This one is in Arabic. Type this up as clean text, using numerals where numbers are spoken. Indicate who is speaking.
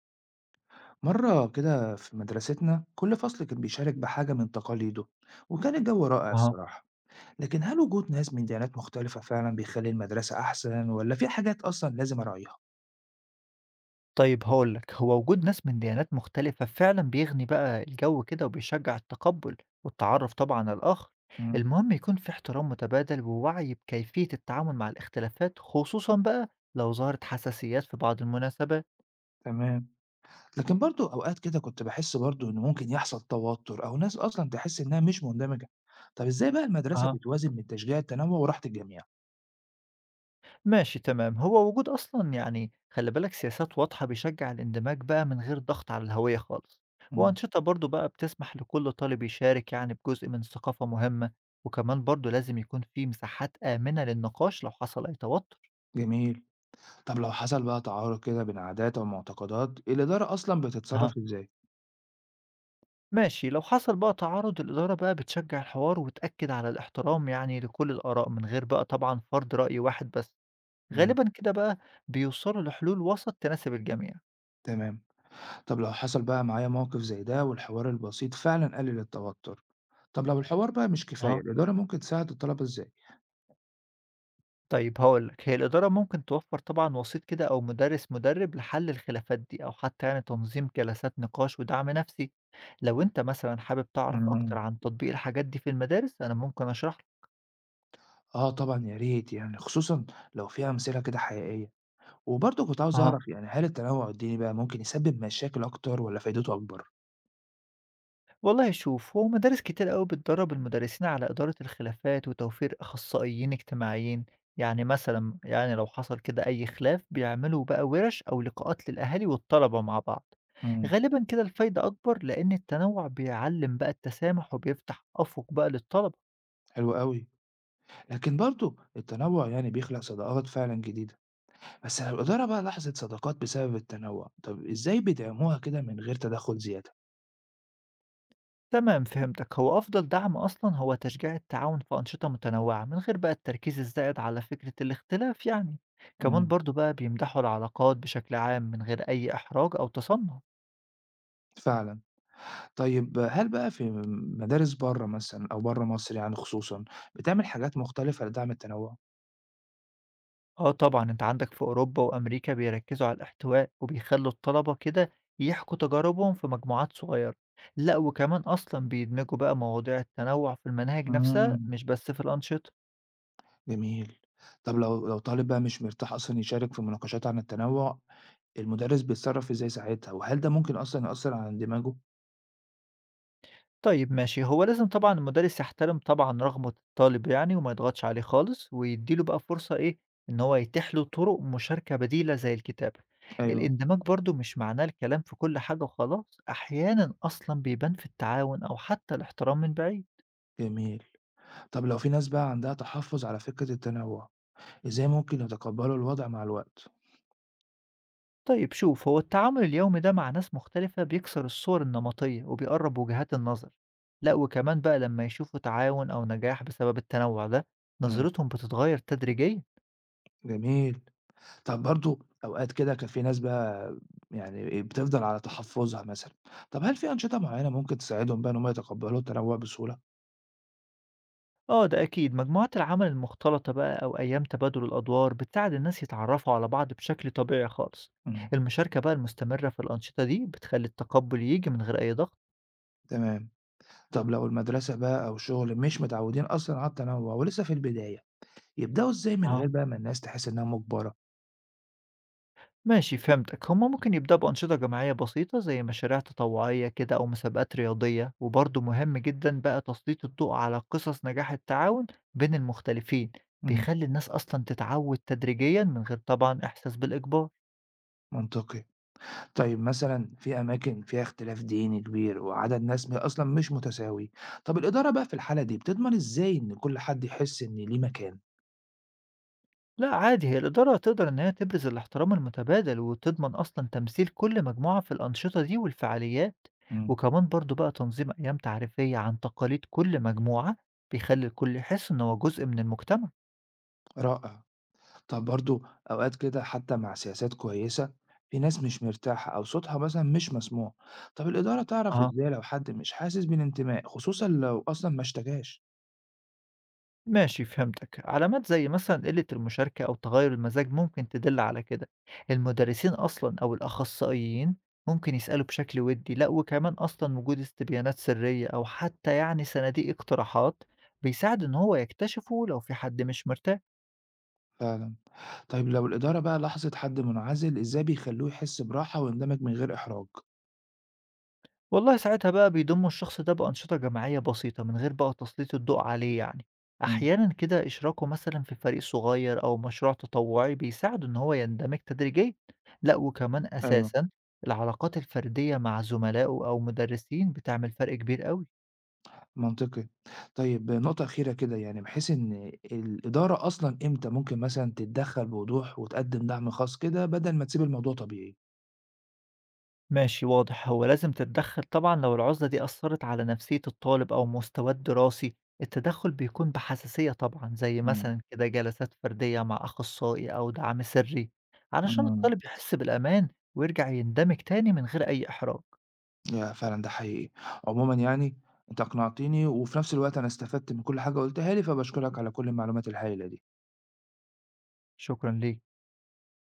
Speaker 1: مرة كده في مدرستنا كل فصل كان بيشارك بحاجة من تقاليده، وكان الجو رائع
Speaker 2: أها.
Speaker 1: الصراحة. لكن هل وجود ناس من ديانات مختلفة فعلا بيخلي المدرسة أحسن ولا في حاجات أصلا لازم أراعيها؟
Speaker 2: طيب هاقول لك، هو وجود ناس من ديانات مختلفة فعلًا بيغني بقى الجو كده وبيشجّع التقبُّل والتعرُّف طبعًا على الآخر،
Speaker 1: مم.
Speaker 2: المهم يكون في احترام متبادل ووعي بكيفية التعامل مع الاختلافات خصوصًا بقى لو ظهرت حساسيات في بعض المناسبات.
Speaker 1: تمام. لكن برضو أوقات كده كنت بحس برضو إن ممكن يحصل توتر أو ناس أصلا تحس إنها مش مندمجة. طب إزاي بقى المدرسة بتوازن من تشجيع التنوع وراحة الجميع؟
Speaker 2: ماشي تمام، هو وجود أصلًا يعني خلّي بالك سياسات واضحة بيشجّع الاندماج بقى من غير ضغط على الهوية خالص،
Speaker 1: مم.
Speaker 2: وأنشطة برضه بقى بتسمح لكل طالب يشارك يعني بجزء من ثقافة مهمة، وكمان برضه لازم يكون في مساحات آمنة للنقاش لو حصل أي توتر،
Speaker 1: جميل. طب لو حصل بقى تعارض كده بين عادات أو معتقدات، الإدارة أصلا
Speaker 2: أها،
Speaker 1: بتتصرف إزاي؟
Speaker 2: ماشي لو حصل بقى تعارض الإدارة بقى بتشجع الحوار وتأكد على الاحترام يعني لكل الآراء من غير بقى طبعًا فرض رأي واحد بس،
Speaker 1: مم.
Speaker 2: غالبًا كده بقى بيوصلوا لحلول وسط تناسب الجميع،
Speaker 1: تمام. طب لو حصل بقى معايا موقف زي ده والحوار البسيط فعلا قلل التوتر، طب لو الحوار بقى مش كفاية
Speaker 2: أها.
Speaker 1: الإدارة ممكن تساعد الطلبة إزاي؟
Speaker 2: طيب هاقول لك، هي الإدارة ممكن توفّر طبعًا وسيط كده أو مُدرِّس مُدرِّب لحل الخلافات دي، أو حتى يعني تنظيم جلسات نقاش ودعم نفسي. لو أنت مثلًا حابب تعرف أكتر
Speaker 1: مم.
Speaker 2: عن تطبيق الحاجات دي في المدارس، أنا ممكن أشرح
Speaker 1: آه طبعا يا ريت، يعني خصوصا لو فيها أمثلة كده حقيقية. وبرضه كنت عاوز
Speaker 2: لك.
Speaker 1: أعرف، يعني هل التنوع الديني بقى ممكن يسبب مشاكل أكتر ولا فايدته أكبر؟
Speaker 2: والله شوف، هو مدارس كتير أوي بتدرّب المدرسين على إدارة الخلافات وتوفير أخصائيين اجتماعيين، يعني مثلًا يعني لو حصل كده أي خلاف بيعملوا بقى وِرَش أو لقاءات للأهالي والطلبة مع بعض،
Speaker 1: مم.
Speaker 2: غالبًا كده الفايدة أكبر لأن التنوع بيعلّم بقى التسامح وبيفتح أفق بقى للطلبة.
Speaker 1: حلو قوي. لكن برضه التنوع يعني بيخلق صداقات فعلا جديدة، بس لو الإدارة بقى لاحظت صداقات بسبب التنوع، طب إزاي بيدعموها كده من غير تدخل زيادة؟
Speaker 2: تمام فهمتك، هو أفضل دعم أصلًا هو تشجيع التعاون في أنشطة متنوعة من غير بقى التركيز الزائد على فكرة الاختلاف يعني، كمان
Speaker 1: مم.
Speaker 2: برضه بقى بيمدحوا العلاقات بشكل عام من غير أي إحراج أو تصنع.
Speaker 1: فعلا. طيب هل بقى في مدارس برّه مثلًا أو برّه مصر يعني خصوصًا، بتعمل حاجات مختلفة لدعم التنوُّع؟
Speaker 2: آه طبعًا، أنت عندك في أوروبا وأمريكا بيركّزوا على الاحتواء، وبيخلّوا الطلبة كده يحكوا تجاربهم في مجموعات صغيّرة. لأ وكمان أصلًا بيدمجوا بقى مواضيع التنوّع في المناهج نفسها،
Speaker 1: إمم،
Speaker 2: مش بس في الأنشطة.
Speaker 1: جميل. طب لو طالب بقى مش مرتاح أصلًا يشارك في مناقشات عن التنوُّع، المدرس بيتصرّف إزاي ساعتها، وهل ده ممكن أصلًا يأثّر على اندماجه؟
Speaker 2: طيب ماشي، هو لازم طبعًا المدرس يحترم طبعًا رغبة الطالب يعني وما يضغطش عليه خالص، ويدّي له بقى فرصة إيه، إن هو يتيح له طُرق مشاركة بديلة زي الكتابة.
Speaker 1: أيوه،
Speaker 2: الاندماج برضه مش معناه الكلام في كل حاجة وخلاص، أحيانًا أصلًا بيبان في التعاون أو حتى الاحترام من بعيد.
Speaker 1: جميل. طب لو في ناس بقى عندها تحفُّظ على فكرة التنوُّع، إزاي ممكن يتقبّلوا الوضع مع الوقت؟
Speaker 2: طيب شوف، هو التعامل اليومي ده مع ناس مختلفة بيكسر الصور النمطية وبيقرب وجهات النظر. لا وكمان بقى لما يشوفوا تعاون أو نجاح بسبب التنوع ده
Speaker 1: إمم،
Speaker 2: نظرتهم بتتغير تدريجيا.
Speaker 1: جميل. طب برضه أوقات كده كان في ناس بقى، يعني إيه، بتفضل على تحفُّظها مثلًا، طب هل في أنشطة معيّنة ممكن تساعدهم بقى إن هُم يتقبّلوا التنوُّع بسهولة؟
Speaker 2: اه ده أكيد، مجموعات العمل المختلطة بقى أو أيام تبادل الأدوار بتساعد الناس يتعرفوا على بعض بشكل طبيعي خالص.
Speaker 1: إمم،
Speaker 2: المشاركة بقى المستمرة في الأنشطة دي بتخلي التقبل يجي من غير أي ضغط.
Speaker 1: تمام. طب لو المدرسة بقى أو الشغل مش متعوّدين أصلًا على التنوُّع ولسه في البداية، يبدأوا إزاي من
Speaker 2: اه
Speaker 1: غير بقى ما الناس تحس إنها مُجبرة؟
Speaker 2: ماشي فهمتك، هما ممكن يبدأوا بأنشطة جماعية بسيطة زي مشاريع تطوعية كده أو مسابقات رياضية، وبرضه مهم جدا بقى تسليط الضوء على قصص نجاح التعاون بين المختلفين،
Speaker 1: إمم،
Speaker 2: بيخلي الناس أصلا تتعود تدريجيا من غير طبعا إحساس بالإجبار.
Speaker 1: منطقي. طيب مثلًا في أماكن فيها اختلاف ديني كبير وعدد ناس م أصلًا مش متساوي، طب الإدارة بقى في الحالة دي بتضمن إزاي إن كل حد يحس إن ليه مكان؟
Speaker 2: لا عادي، هي الإدارة تقدر إن هي تبرز الاحترام المتبادل وتضمن أصلا تمثيل كل مجموعة في الأنشطة دي والفعاليات،
Speaker 1: إمم،
Speaker 2: وكمان برضه بقى تنظيم أيام تعريفية عن تقاليد كل مجموعة بيخلي الكل يحس إن هو جزء من المجتمع.
Speaker 1: رائع. طب برضه أوقات كده حتى مع سياسات كويسة، في ناس مش مرتاحة أو صوتها مثلا مش مسموع. طب الإدارة تعرف إزاي لو حد مش حاسس بالانتماء، خصوصا لو أصلا ما اشتكاش؟
Speaker 2: ماشي فهمتك، علامات زي مثلا قلة المشاركة أو تغير المزاج ممكن تدل على كده. المدرسين أصلا أو الأخصائيين ممكن يسألوا بشكل ودي، لا وكمان أصلا وجود استبيانات سرية أو حتى يعني صناديق اقتراحات بيساعد إن هو يكتشفه لو في حد مش مرتاح.
Speaker 1: فعلا. طيب لو الإدارة بقى لاحظت حد منعزل، إزاي بيخلوه يحس براحة ويندمج من غير إحراج؟
Speaker 2: والله ساعتها بقى بيضموا الشخص ده بأنشطة جماعية بسيطة من غير بقى تسليط الضوء عليه يعني،
Speaker 1: امم.
Speaker 2: أحيانا كده إشراكه مثلا في فريق صغير أو مشروع تطوعي بيساعده إن هو يندمج تدريجيا. لأ وكمان
Speaker 1: أيوه.
Speaker 2: أساسا العلاقات الفردية مع زملائه أو مدرسين بتعمل فرق كبير قوي.
Speaker 1: منطقي. طيب نقطة أخيرة كده، يعني بحيث إن الإدارة أصلا إمتى ممكن مثلا تتدخل بوضوح وتقدم دعم خاص كده بدل ما تسيب الموضوع طبيعي؟
Speaker 2: ماشي واضح، هو لازم تتدخل طبعا لو العزلة دي أثرت على نفسية الطالب أو مستواه الدراسي. التدخل بيكون بحساسية طبعا، زي مثلا كده جلسات فردية مع أخصائي أو دعم سري علشان
Speaker 1: امم.
Speaker 2: الطالب يحس بالأمان ويرجع يندمج تاني من غير أي إحراج.
Speaker 1: يا فعلًا ده حقيقي. عمومًا يعني أنت أقنعتني، وفي نفس الوقت أنا استفدت من كل حاجة قُلتها لي، فباشكرك على كل المعلومات الهائلة دي.
Speaker 2: شكرا ليك.